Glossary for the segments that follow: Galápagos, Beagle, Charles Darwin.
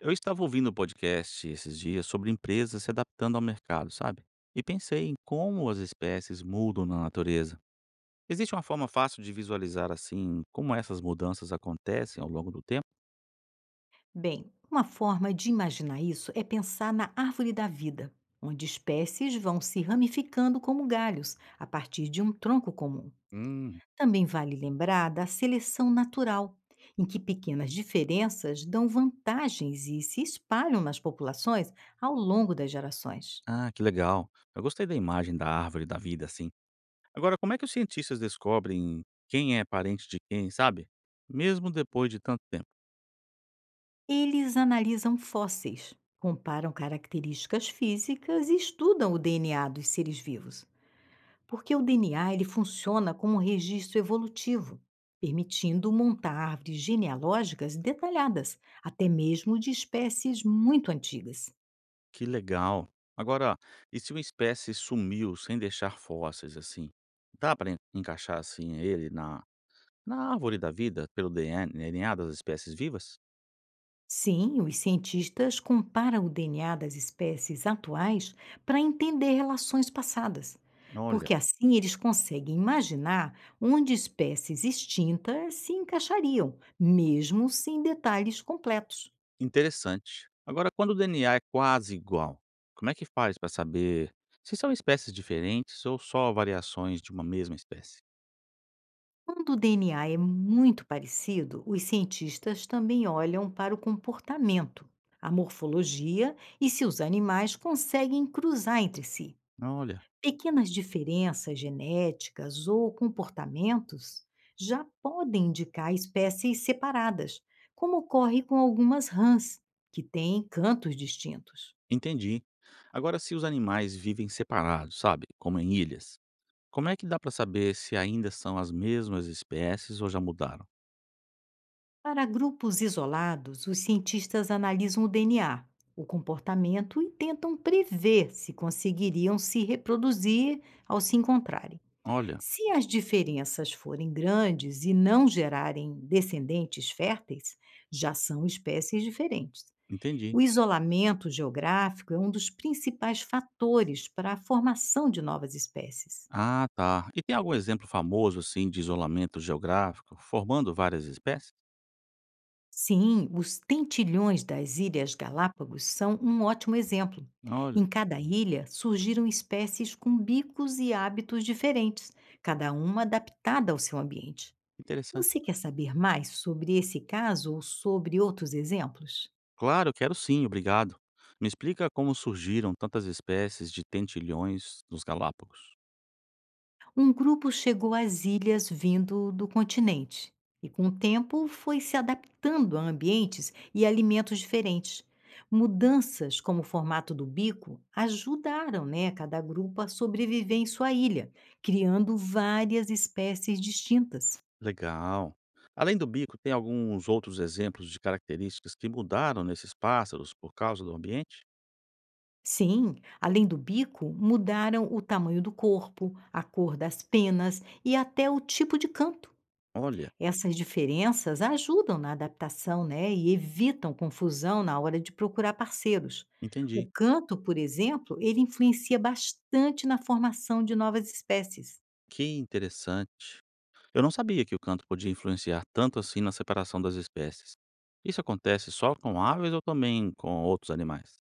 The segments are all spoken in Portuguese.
Eu estava ouvindo um podcast esses dias sobre empresas se adaptando ao mercado, sabe? E pensei em como as espécies mudam na natureza. Existe uma forma fácil de visualizar assim como essas mudanças acontecem ao longo do tempo? Bem, uma forma de imaginar isso é pensar na árvore da vida, onde espécies vão se ramificando como galhos, a partir de um tronco comum. Hum, Também vale lembrar da seleção natural, em que pequenas diferenças dão vantagens e se espalham nas populações ao longo das gerações. ah, que legal. Eu gostei da imagem da árvore da vida assim. Agora, como é que os cientistas descobrem quem é parente de quem, sabe? Mesmo depois de tanto tempo. Eles analisam fósseis, comparam características físicas e estudam o DNA dos seres vivos. Porque o DNA ele funciona como um registro evolutivo, permitindo montar árvores genealógicas detalhadas, até mesmo de espécies muito antigas. Que legal. Agora, e se uma espécie sumiu sem deixar fósseis assim? Dá para encaixar assim ele na árvore da vida, pelo DNA das espécies vivas? Sim, os cientistas comparam o DNA das espécies atuais para entender relações passadas, Olha, porque assim eles conseguem imaginar onde espécies extintas se encaixariam, mesmo sem detalhes completos. interessante. Agora, quando o DNA é quase igual, como é que faz para saber se são espécies diferentes ou só variações de uma mesma espécie? Quando o DNA é muito parecido, os cientistas também olham para o comportamento, a morfologia e se os animais conseguem cruzar entre si. Olha, Pequenas diferenças genéticas ou comportamentos já podem indicar espécies separadas, como ocorre com algumas rãs, que têm cantos distintos. entendi. Agora, se os animais vivem separados, sabe, como em ilhas, como é que dá para saber se ainda são as mesmas espécies ou já mudaram? Para grupos isolados, os cientistas analisam o DNA, o comportamento e tentam prever se conseguiriam se reproduzir ao se encontrarem. Olha, Se as diferenças forem grandes e não gerarem descendentes férteis, já são espécies diferentes. entendi. O isolamento geográfico é um dos principais fatores para a formação de novas espécies. Ah, tá. E tem algum exemplo famoso assim de isolamento geográfico formando várias espécies? Sim, os tentilhões das Ilhas Galápagos são um ótimo exemplo. Olha. Em cada ilha surgiram espécies com bicos e hábitos diferentes, cada uma adaptada ao seu ambiente. Você Interessante. quer saber mais sobre esse caso ou sobre outros exemplos? Claro, quero sim, obrigado. Me explica como surgiram tantas espécies de tentilhões nos Galápagos. Um grupo chegou às ilhas vindo do continente e, com o tempo, foi se adaptando a ambientes e alimentos diferentes. Mudanças como o formato do bico ajudaram, né, cada grupo a sobreviver em sua ilha, criando várias espécies distintas. Legal. Além do bico, tem alguns outros exemplos de características que mudaram nesses pássaros por causa do ambiente? Sim, além do bico, mudaram o tamanho do corpo, a cor das penas e até o tipo de canto. Olha, Essas diferenças ajudam na adaptação, né, e evitam confusão na hora de procurar parceiros. O entendi. canto, por exemplo, ele influencia bastante na formação de novas espécies. Que interessante. Eu não sabia que o canto podia influenciar tanto assim na separação das espécies. Isso acontece só com aves ou também com outros animais?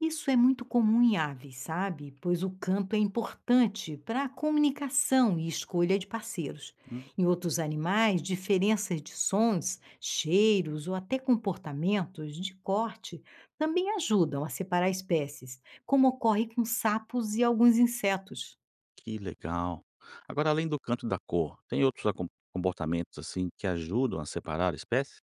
Isso é muito comum em aves, sabe? Pois o canto é importante para a comunicação e escolha de parceiros. Em outros animais, diferenças de sons, cheiros ou até comportamentos de corte também ajudam a separar espécies, como ocorre com sapos e alguns insetos. Que legal. Agora, além do canto da cor, tem outros acom comportamentos, assim, que ajudam a separar espécies?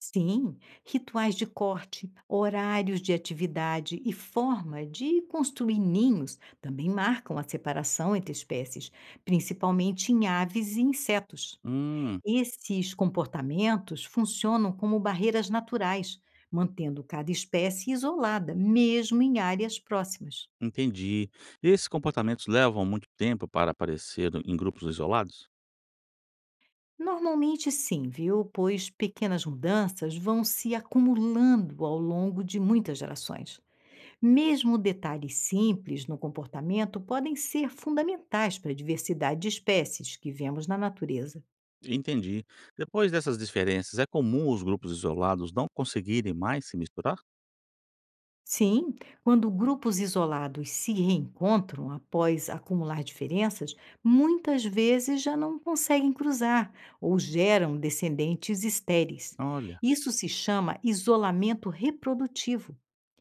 Sim, rituais de corte, horários de atividade e forma de construir ninhos também marcam a separação entre espécies, principalmente em aves e insetos. Hum, Esses comportamentos funcionam como barreiras naturais, mantendo cada espécie isolada, mesmo em áreas próximas. entendi. E esses comportamentos levam muito tempo para aparecer em grupos isolados? Normalmente sim, viu? Pois pequenas mudanças vão se acumulando ao longo de muitas gerações. Mesmo detalhes simples no comportamento podem ser fundamentais para a diversidade de espécies que vemos na natureza. Entendi. Depois dessas diferenças, é comum os grupos isolados não conseguirem mais se misturar? Sim, quando grupos isolados se reencontram após acumular diferenças, muitas vezes já não conseguem cruzar ou geram descendentes estéreis. Olha, Isso se chama isolamento reprodutivo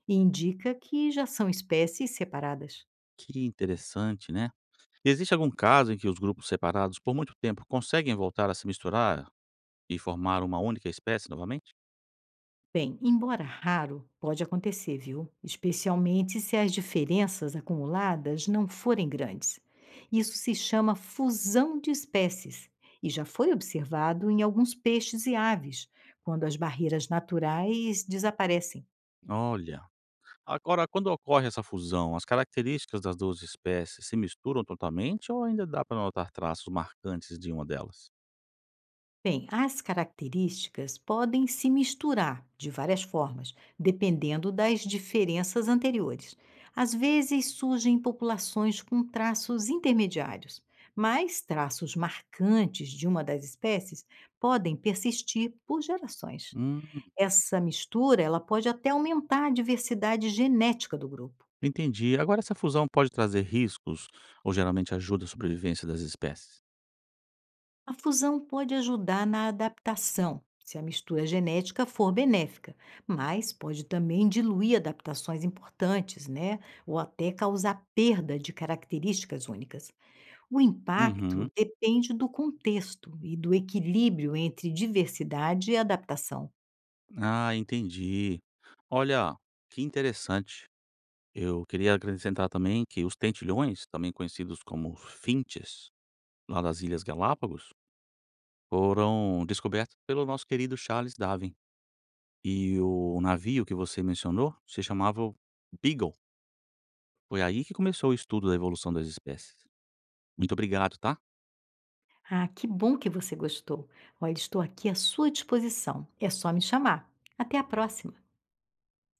e indica que já são espécies separadas. que interessante, né? Existe algum caso em que os grupos separados por muito tempo conseguem voltar a se misturar e formar uma única espécie novamente? Bem, embora raro, pode acontecer, viu? Especialmente se as diferenças acumuladas não forem grandes. Isso se chama fusão de espécies e já foi observado em alguns peixes e aves, quando as barreiras naturais desaparecem. Olha. Agora, quando ocorre essa fusão, as características das 2 espécies se misturam totalmente ou ainda dá para notar traços marcantes de uma delas? Bem, as características podem se misturar de várias formas, dependendo das diferenças anteriores. Às vezes surgem populações com traços intermediários, mas traços marcantes de uma das espécies podem persistir por gerações. Hum, Essa mistura, ela pode até aumentar a diversidade genética do grupo. entendi. Agora, essa fusão pode trazer riscos ou geralmente ajuda a sobrevivência das espécies? A fusão pode ajudar na adaptação, se a mistura genética for benéfica, mas pode também diluir adaptações importantes, né? Ou até causar perda de características únicas. O Uhum. impacto depende do contexto e do equilíbrio entre diversidade e adaptação. Ah, entendi. Olha, que interessante. Eu queria acrescentar também que os tentilhões, também conhecidos como finches, lá das Ilhas Galápagos, foram descobertos pelo nosso querido Charles Darwin. E o navio que você mencionou se chamava o Beagle. Foi aí que começou o estudo da evolução das espécies. Muito obrigado, tá? Ah, que bom que você gostou! Olha, estou aqui à sua disposição. É só me chamar. Até a próxima!